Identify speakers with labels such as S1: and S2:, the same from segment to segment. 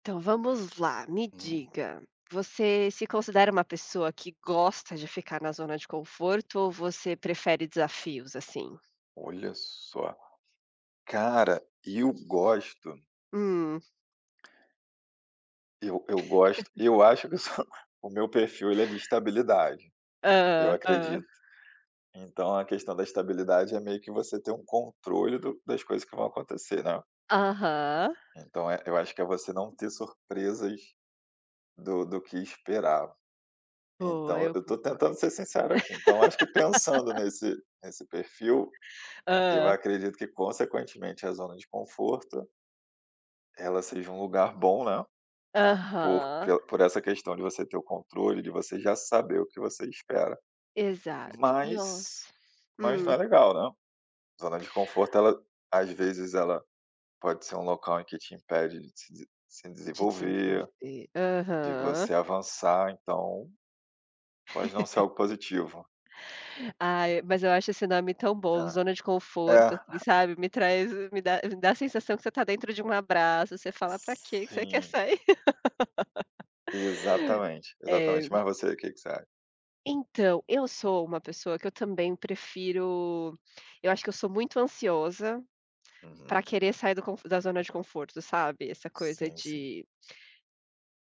S1: Então vamos lá, me
S2: Hum,
S1: diga, você se considera uma pessoa que gosta de ficar na zona de conforto ou você prefere desafios assim?
S2: Olha só. Cara, eu gosto,
S1: Hum,
S2: eu acho que eu sou o meu perfil ele é de estabilidade, eu
S1: Ah, hã.
S2: acredito. Então a questão da estabilidade é meio que você ter um controle do das coisas que vão acontecer, né.
S1: Aham,
S2: Então eu acho que é você não ter surpresas do que esperava.
S1: boa,
S2: Então
S1: eu
S2: eu tô
S1: concordo.
S2: tentando ser sincero aqui, então acho que pensando nesse perfil, eu
S1: Ah,
S2: acredito que, consequentemente, a zona de conforto ela seja um lugar bom, né. Por
S1: aham,
S2: pel por essa questão de você ter o controle, de você já saber o que você espera.
S1: exato.
S2: Mas
S1: Nossa.
S2: mas não
S1: Hum,
S2: é legal, né. Zona de conforto ela, às vezes, ela pode ser um local em que te impede de se
S1: de
S2: desenvolver,
S1: desenvolver.
S2: de
S1: Aham.
S2: você avançar, então pode não ser algo positivo,
S1: Ai, mas eu acho esse nome tão bom,
S2: né.
S1: zona de conforto,
S2: É,
S1: assim, sabe, me traz me dá a sensação que você está dentro de um abraço, você fala: "Pra quê que você quer
S2: sim,
S1: sair?"
S2: exatamente,
S1: É.
S2: exatamente. Mas você, o que que você acha?
S1: Então, eu sou uma pessoa que eu também prefiro. Eu acho que eu sou muito ansiosa para
S2: Uhum.
S1: querer sair do conf da zona de conforto, sabe, essa coisa
S2: Sim, sim.
S1: de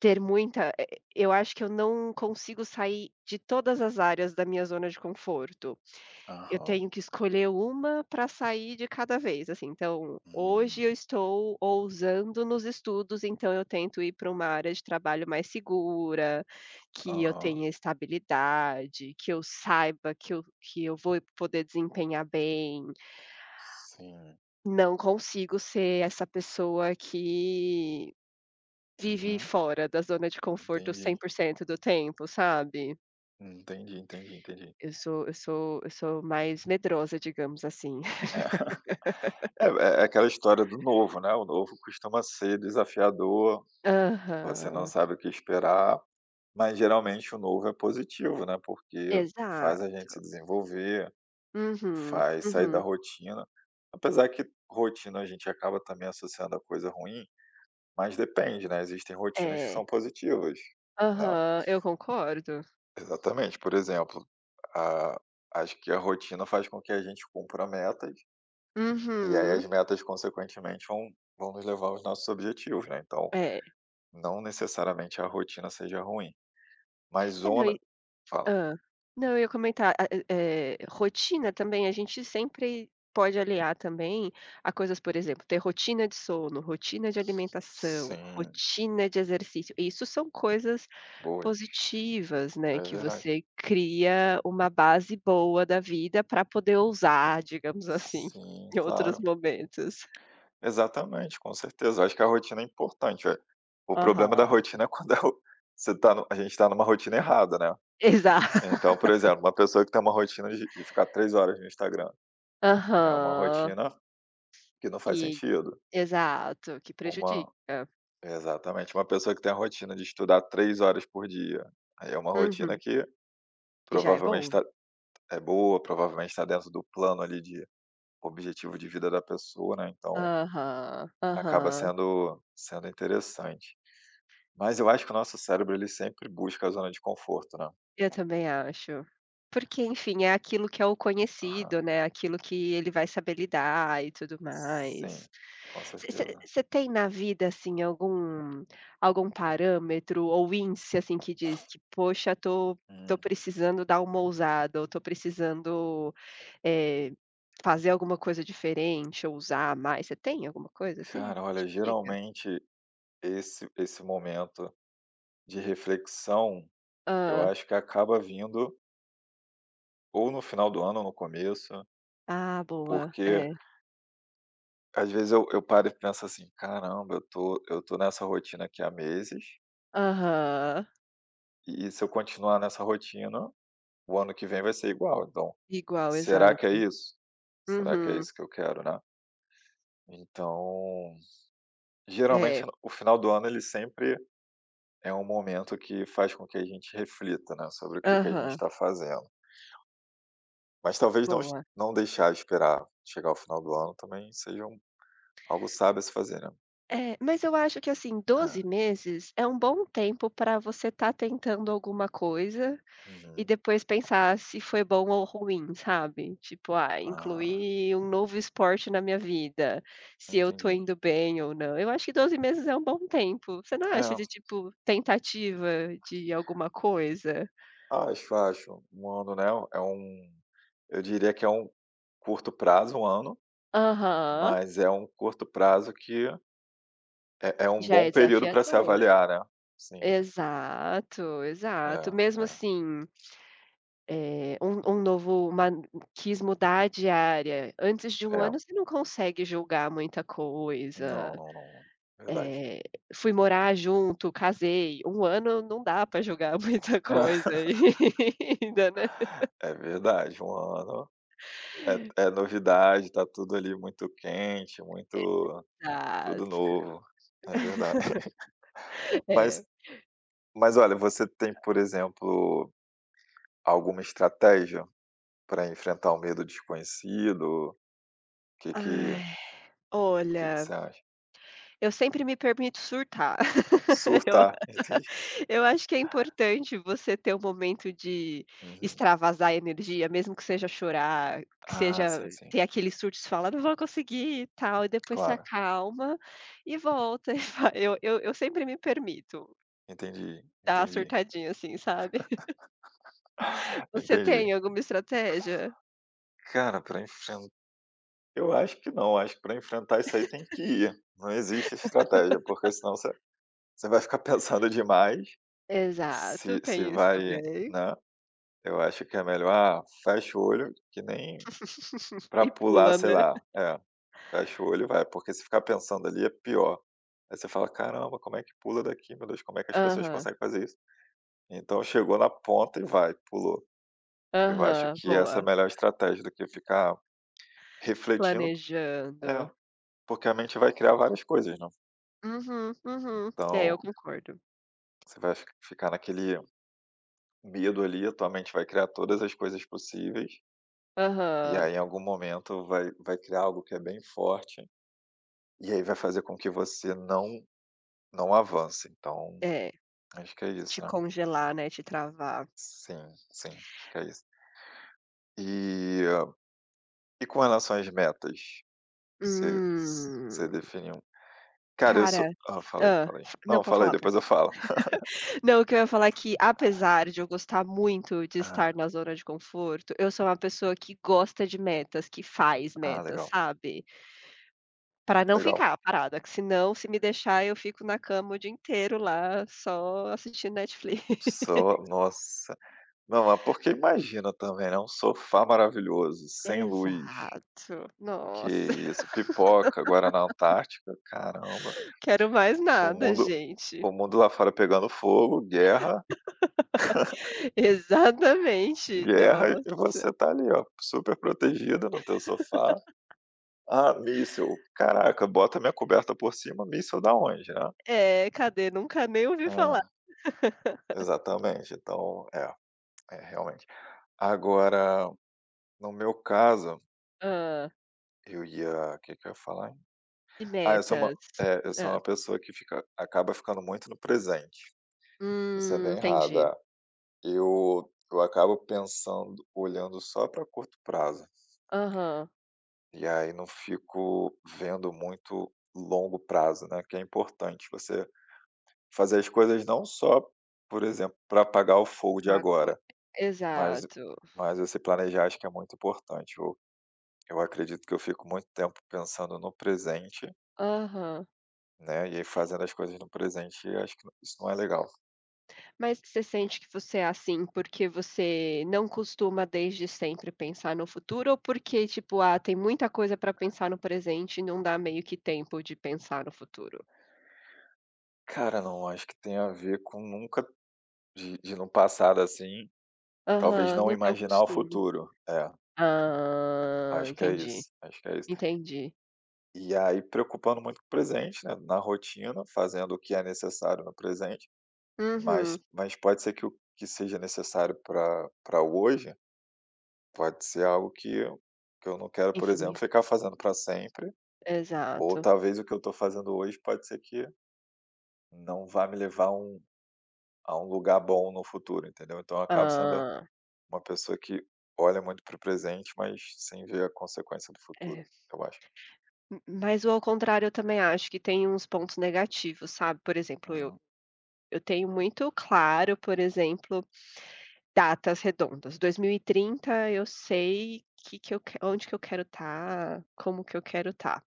S1: ter muita eu acho que eu não consigo sair de todas as áreas da minha zona de conforto. Eu
S2: Aham.
S1: tenho que escolher uma para sair de cada vez, assim, então,
S2: Hum.
S1: hoje eu estou ousando nos estudos, então eu tento ir para uma área de trabalho mais segura, que eu
S2: Aham.
S1: tenha estabilidade, que eu saiba que eu vou poder desempenhar bem.
S2: Sim.
S1: Não consigo ser essa pessoa que vive
S2: Uhum.
S1: fora da zona de conforto
S2: Entendi.
S1: 100% do tempo, sabe.
S2: Entendi, entendi, entendi.
S1: Eu sou mais medrosa, digamos assim.
S2: É, é aquela história do novo, né, o novo costuma ser desafiador, você não
S1: Aham.
S2: sabe o que esperar, mas geralmente o novo é positivo, né, porque faz
S1: Exato.
S2: a gente se desenvolver,
S1: Uhum,
S2: faz sair da
S1: uhum.
S2: rotina. Apesar que rotina a gente acaba também associando a coisa ruim, mas depende, né, existem rotinas que são
S1: É.
S2: positivas, né.
S1: Aham, eu concordo.
S2: Exatamente, por exemplo, a acho que a rotina faz com que a gente cumpra metas. E aí
S1: Uhum.
S2: as metas, consequentemente, vão nos levar aos nossos objetivos, né, então
S1: É.
S2: não necessariamente a rotina seja ruim, mas
S1: É, não
S2: zona...
S1: e
S2: Fala.
S1: hã. Não, eu ia comentar, a rotina também, a gente sempre pode aliar também a coisas, por exemplo, ter rotina de sono, rotina de alimentação,
S2: Sim,
S1: rotina de exercício. Isso são coisas
S2: boas.
S1: positivas, né,
S2: É
S1: que
S2: verdade.
S1: você cria uma base boa da vida pra poder ousar, digamos assim,
S2: Sim,
S1: em outros
S2: claro.
S1: momentos.
S2: Exatamente, com certeza. Eu acho que a rotina é importante, o problema da
S1: Aham.
S2: rotina é quando é o você está no a gente está numa rotina errada, né.
S1: Exa
S2: Então, por exemplo, uma pessoa que tem uma rotina de ficar 3 horas no Instagram, é uma
S1: aham.
S2: rotina que não faz
S1: Que
S2: sentido.
S1: Exato, que
S2: Uma
S1: prejudica.
S2: Exatamente. Uma pessoa que tem a rotina de estudar 3 horas por dia, aí é uma rotina
S1: Uhum.
S2: que
S1: Que já é
S2: provavelmente
S1: bom.
S2: tá é boa, provavelmente está dentro do plano ali de objetivo de vida da pessoa, né, então
S1: Aham,
S2: acaba
S1: aham.
S2: sendo interessante. Mas eu acho que o nosso cérebro ele sempre busca a zona de conforto, né.
S1: Eu também acho. Porque, enfim, é aquilo que é o conhecido,
S2: Aham.
S1: né, aquilo que ele vai saber lidar e tudo
S2: Sim,
S1: mais.
S2: com certeza.
S1: Você tem na vida, assim, algum parâmetro ou índice, assim, que diz que: "Poxa, tô
S2: Hum.
S1: precisando dar uma ousada ou estou precisando, eh, fazer alguma coisa diferente ou usar mais", você tem alguma coisa assim
S2: Cara,
S1: que te
S2: olha,
S1: diga?
S2: geralmente esse momento de reflexão, eu
S1: Hã.
S2: acho que acaba vindo ou no final do ano ou no começo.
S1: Ah, boa.
S2: Porque
S1: É.
S2: às vezes eu paro e penso assim: "Caramba, eu tô nessa rotina aqui há meses
S1: Aham.
S2: e, se eu continuar nessa rotina, o ano que vem vai ser igual. Então,
S1: Igual,
S2: será que é
S1: exato.
S2: isso? Será que é
S1: Uhum.
S2: isso que eu quero, né?". Então,
S1: É,
S2: geralmente no o final do ano ele sempre é um momento que faz com que a gente reflita, né, sobre o que que a gente
S1: aham,
S2: está fazendo. Mas talvez não es
S1: boa.
S2: não deixar esperar chegar ao final do ano também seja algo sábio a se fazer, né.
S1: É, mas eu acho que, assim, doze
S2: É.
S1: meses é um bom tempo para você estar tentando alguma coisa e
S2: Uhum.
S1: depois pensar se foi bom ou ruim, sabe? Tipo, ah,
S2: Ah,
S1: incluir um novo esporte na minha vida, se eu tô
S2: entendi.
S1: indo bem ou não. Eu acho que 12 meses é um bom tempo. Você não acha
S2: É.
S1: de, tipo, tentativa de alguma coisa?
S2: Acho, acho. Um ano, né, é um eu diria que é um curto prazo, um ano,
S1: Aham,
S2: mas é um curto prazo que é um
S1: já
S2: bom
S1: é
S2: período para se
S1: desafiador.
S2: avaliar, né. Sim,
S1: Exato, exato. Mesmo
S2: é, é,
S1: assim um novo uma quis mudar de área, antes de 1 ano
S2: é.
S1: você não consegue julgar muita
S2: Não,
S1: coisa,
S2: não, não, não. Verdade.
S1: eh, fui morar junto, casei, 1 ano não dá para julgar muita coisa ainda, né.
S2: É verdade. Um ano é novidade, tá tudo ali muito quente, muito tudo
S1: Exato,
S2: novo. É verdade. Mas
S1: é.
S2: mas olha, você tem, por exemplo, alguma estratégia para enfrentar o medo desconhecido? Que que
S1: Ai,
S2: Que
S1: olha,
S2: você acha?
S1: eu sempre me permito surtar, eu
S2: Surtar, entendi.
S1: Eu acho que é importante você ter um momento de
S2: Uhum.
S1: extravasar energia, mesmo que seja chorar, que
S2: Ah,
S1: seja
S2: sim, sim.
S1: ter aquele surto, e falar "Não vou conseguir", e tal, e depois se
S2: Claro.
S1: acalma e volta e vai. Eu sempre me permito
S2: Entendi,
S1: dar uma
S2: entendi,
S1: surtadinha assim, sabe. Você
S2: entendi.
S1: tem alguma estratégia?
S2: Cara, para enfrentar, eu acho que não, acho que para enfrentar isso aí tem que ir. Não existe estratégia, porque senão você vai ficar pensando demais,
S1: Exato,
S2: se
S1: tem isso
S2: vai,
S1: também.
S2: né. Eu acho que é melhor, ah, fecha o olho, que nem para
S1: E
S2: pular,
S1: pula,
S2: sei
S1: né.
S2: lá, é, fecha o olho e vai, porque se ficar pensando ali é pior. Aí você fala: "Caramba, como é que pula daqui, meu Deus, como é que as pessoas
S1: Aham,
S2: conseguem fazer isso?". Então chegou na ponta e vai, pulou. Eu acho
S1: aham,
S2: que essa é
S1: boa.
S2: a melhor estratégia do que ficar refletindo, é,
S1: Planejando.
S2: porque a mente vai criar várias coisas, né.
S1: Uhum, uhum. É, eu
S2: Então,
S1: concordo.
S2: você vai fi ficar naquele medo ali, a tua mente vai criar todas as coisas possíveis, e
S1: Aham.
S2: aí em algum momento vai criar algo que é bem forte, e aí vai fazer com que você não avance. Então,
S1: É,
S2: acho que é isso,
S1: te
S2: né.
S1: congelar, né, te travar.
S2: Sim, sim, acho que é isso. E e com relação às metas, você você
S1: Hum,
S2: definiu cara, eu sou,
S1: cara
S2: fala aí.
S1: hã. Não,
S2: Não,
S1: pode
S2: falei,
S1: falar, pode
S2: depois eu falo.
S1: Não, o que eu ia falar é que apesar de eu gostar muito de estar
S2: Ah,
S1: na zona de conforto, eu sou uma pessoa que gosta de metas, que faz
S2: ah,
S1: metas,
S2: legal,
S1: sabe. Pra não
S2: legal.
S1: ficar parada, que senão, se me deixar, eu fico na cama o dia inteiro lá, só assistindo Netflix.
S2: Sou... nossa. Não, mas porque imagina também, né, um sofá maravilhoso, sem luz,
S1: Exato.
S2: que
S1: Nossa,
S2: isso, pipoca, guaraná antártica, caramba.
S1: quero mais
S2: O
S1: nada,
S2: mundo
S1: gente.
S2: o mundo lá fora pegando fogo, guerra,
S1: Exatamente.
S2: guerra,
S1: Nossa.
S2: e você tá ali, ó, super protegida no teu sofá. Ah, míssil, caraca, bota minha coberta por cima, míssil da onde, né?
S1: É, cadê? Nunca nem ouvi falar.
S2: É, exatamente, então, é realmente. Agora, no meu caso,
S1: Hã.
S2: eu ia o que que eu ia falar, hein?
S1: E
S2: Ah,
S1: metas.
S2: eu sou
S1: Hã.
S2: uma pessoa que fica acaba ficando muito no presente. Isso é bem errado,
S1: Entendi.
S2: é. Eu acabo pensando olhando só pra curto prazo,
S1: Aham.
S2: e aí não fico vendo muito longo prazo, né, que é importante você fazer as coisas não só, por exemplo, para apagar o fogo de
S1: Agora.
S2: agora, mas
S1: Exato.
S2: você planejar, acho que é muito importante. Eu acredito que eu fico muito tempo pensando no presente.
S1: Aham.
S2: Né, e aí, fazendo as coisas no presente, eu acho que isso não é legal.
S1: Mas você sente que você é assim porque você não costuma desde sempre pensar no futuro ou porque, tipo, ah, tem muita coisa pra pensar no presente e não dá meio que tempo de pensar no futuro?
S2: Cara, não, acho que tem a ver com nunca de no passado, assim, talvez
S1: Aham,
S2: não
S1: não tem o
S2: imaginar o
S1: costume.
S2: futuro. É,
S1: Ah,
S2: acho que é
S1: entendi,
S2: isso, acho que é isso.
S1: entendi.
S2: E aí preocupando muito com o presente, né, na rotina, fazendo o que é necessário no presente, mas
S1: Uhum.
S2: pode ser que o que seja necessário para hoje, pode ser algo que que eu não quero, por exemplo,
S1: Influência.
S2: ficar fazendo para sempre, ou
S1: Exato.
S2: talvez o que eu estou fazendo hoje pode ser que não vá me levar a um lugar bom no futuro, entendeu? Então eu acabo sendo
S1: Hã.
S2: uma pessoa que olha muito para o presente, mas sem ver a consequência do futuro,
S1: É,
S2: eu acho.
S1: m mas o ao contrário eu também acho que tem uns pontos negativos, sabe. Por exemplo, eu
S2: Uhum,
S1: eu tenho muito claro, por exemplo, datas redondas. 2030 eu sei que eu que onde que eu quero estar, como que eu quero estar.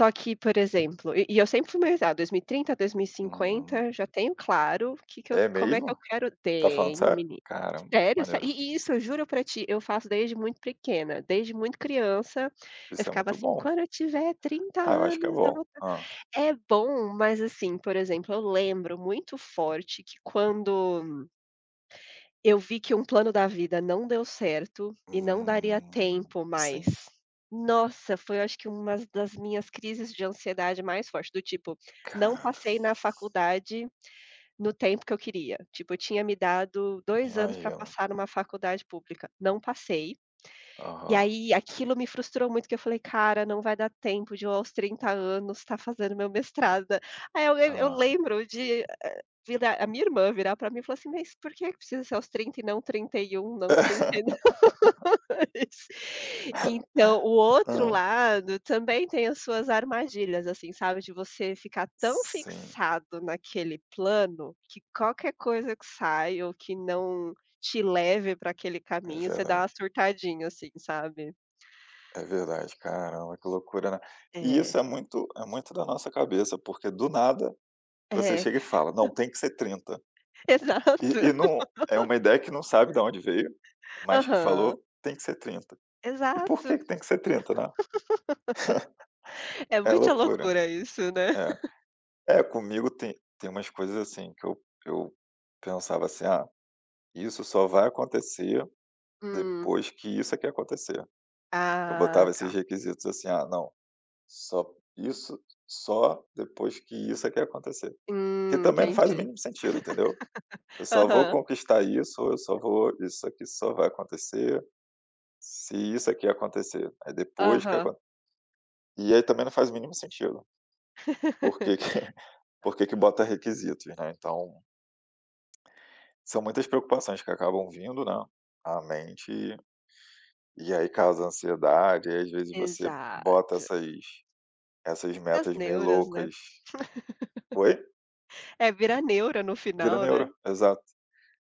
S1: Só que, por exemplo e eu sempre fui mais ah, 2030,
S2: uhum.
S1: 2050, já tenho claro que eu
S2: É
S1: como é que eu
S2: mesmo?
S1: quero
S2: Tá falando
S1: tenho,
S2: sério?
S1: menina.
S2: Caramba,
S1: Sério, sé
S2: maneiro.
S1: e isso, eu juro pra ti, eu faço desde muito pequena, desde muito criança, eu
S2: Isso é
S1: ficava
S2: muito
S1: assim:
S2: bom.
S1: "Quando eu tiver 30
S2: Ah, eu acho que é
S1: anos eu vou
S2: bom.
S1: tá"
S2: Ah.
S1: É bom, mas assim, por exemplo, eu lembro muito forte que quando eu vi que um plano da vida não deu certo e não daria tempo mais.
S2: Sim.
S1: Nossa, foi acho que uma das minhas crises de ansiedade mais fortes do tipo, não
S2: Caraca,
S1: passei na faculdade no tempo que eu queria. Tipo, eu tinha me dado 2 anos para
S2: imagino.
S1: passar numa faculdade pública, não passei. E
S2: Aham,
S1: aí aquilo me frustrou muito, que eu falei: "Cara, não vai dar tempo de eu aos 30 anos estar fazendo meu mestrado". Aí eu
S2: ah,
S1: lembro de Virar a minha irmã virar para mim e falar assim: "Mas por que que precisa ser aos 30 e não 31 não 32?" Então, o outro
S2: ah.
S1: lado também tem as suas armadilhas, assim, sabe, de você ficar tão
S2: Sim,
S1: fixado naquele plano, que qualquer coisa que sai ou que não te leve para aquele
S2: é
S1: caminho, você dá uma
S2: verdade,
S1: surtadinha, assim, sabe.
S2: é verdade. Caramba, que loucura, né. E
S1: É,
S2: isso é muito da nossa cabeça, porque do nada você
S1: é,
S2: chega e fala: "Não, tem que ser 30". E
S1: exato.
S2: e não é uma ideia que não sabe de onde veio, mas que
S1: Aham,
S2: falou: "Tem que ser trinta". E por que
S1: exato.
S2: que tem que ser 30, né?
S1: É
S2: É
S1: muita
S2: loucura.
S1: loucura isso, né.
S2: É. É, comigo tem umas coisas, assim, que eu pensava assim: "Ah, isso só vai acontecer
S1: Hum,
S2: depois que isso aqui acontecer". Eu
S1: ah,
S2: botava esses
S1: tá.
S2: requisitos assim: "Ah, não, só isso só depois que isso aqui acontecer". Que também não faz o
S1: Entendi.
S2: mínimo sentido, entendeu? Eu só vou
S1: Aham,
S2: conquistar isso, ou eu só vou isso aqui só vai acontecer se isso aqui acontecer. Aí depois que
S1: aham.
S2: acon E aí também não faz o mínimo sentido, por que que por que que bota requisitos, né. Então, são muitas preocupações que acabam vindo, né, à mente, e aí causa ansiedade, e aí às vezes você bota
S1: Exato.
S2: essas
S1: As
S2: metas meio
S1: neuras, né.
S2: loucas. Oi?
S1: É, vira neura no
S2: Vira
S1: final, né.
S2: neuro, exato,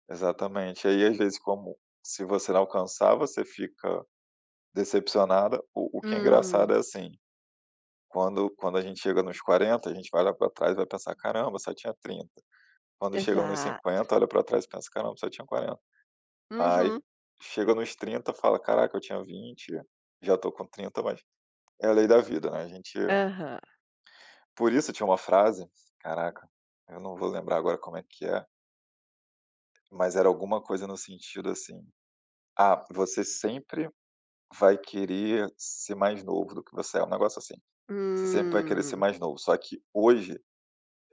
S2: exatamente. Aí às vezes, como se você não alcançar, você fica decepcionada. O que é
S1: Uhum,
S2: engraçado é assim: quando a gente chega nos 40, a gente vai olhar para trás e vai pensar: "Caramba, só tinha 30". Quando chega nos
S1: exa
S2: 50, olha para trás e pensa: "Caramba, só tinha 40". Aí
S1: uhum,
S2: chega nos 30, fala: "Caraca, eu tinha 20, já tô com 30". Mas é a lei da vida, né, a gente...
S1: aham.
S2: Por isso tinha uma frase, caraca, eu não vou lembrar agora como é que é, mas era alguma coisa no sentido assim: "Ah, você sempre vai querer ser mais novo do que você é", um negócio assim, "você sempre vai querer ser
S1: Hum,
S2: mais novo, só que hoje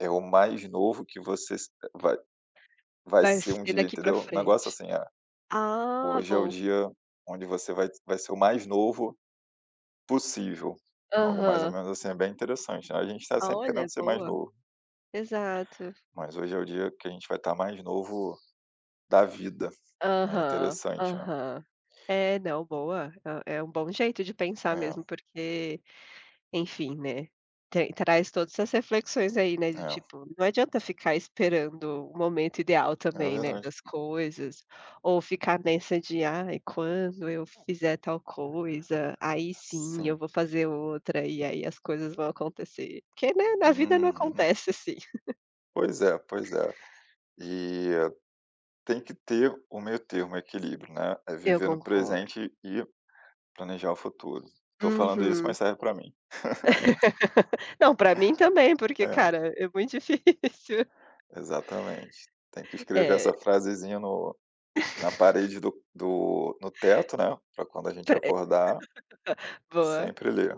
S2: é o mais novo que você s vai vai
S1: vai
S2: ser um
S1: ser
S2: dia,
S1: daqui pra
S2: entendeu? Um negócio
S1: frente.
S2: assim, ah,
S1: Ah,
S2: hoje é o
S1: boa.
S2: dia onde você vai ser o mais novo possível", algo mais ou
S1: Aham.
S2: menos assim, é bem interessante, né, a gente está sempre
S1: Olha,
S2: querendo ser mais
S1: boa.
S2: novo,
S1: Exato.
S2: mas hoje é o dia que a gente vai estar mais novo da vida, é
S1: Aham,
S2: interessante, né.
S1: aham. É, não, boa. É é um bom jeito de pensar
S2: É,
S1: mesmo, porque enfim, né, traz todas essas reflexões aí, né, do
S2: é,
S1: tipo, não adianta ficar esperando o momento ideal
S2: é
S1: também, né,
S2: verdade.
S1: das coisas, ou ficar nessa de: "Ai, quando eu fizer tal coisa, aí sim eu
S2: Sim.
S1: vou fazer outra, e aí as coisas vão acontecer", porque, né, na vida não
S2: Uhum.
S1: acontece assim.
S2: Pois é, pois é. E tem que ter o meio termo, o equilíbrio, né, é
S1: Eu
S2: viver no
S1: concordo.
S2: presente e planejar o futuro. Tô falando isso,
S1: Uhum.
S2: mas serve pra mim.
S1: Não, pra mim também, porque,
S2: É,
S1: cara, é muito difícil.
S2: exatamente. Tem que escrever
S1: É,
S2: essa frasezinha no na parede do do no teto, né, pra quando a gente
S1: pra
S2: acordar,
S1: boa.
S2: sempre ler.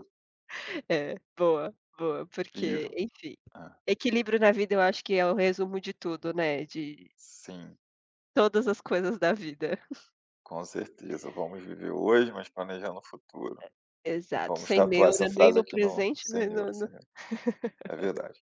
S1: É, boa, boa, porque,
S2: Viva
S1: enfim,
S2: É,
S1: equilíbrio na vida eu acho que é o resumo de tudo, né, de
S2: sim,
S1: todas as coisas da vida.
S2: com certeza. Vamos viver hoje, mas planejando o futuro.
S1: Exato,
S2: Vamos
S1: sem
S2: tatuar essa
S1: neura nem
S2: frase
S1: no
S2: aqui: "No
S1: presente,
S2: sem
S1: nem
S2: neuro,
S1: no
S2: sem neuro". É verdade.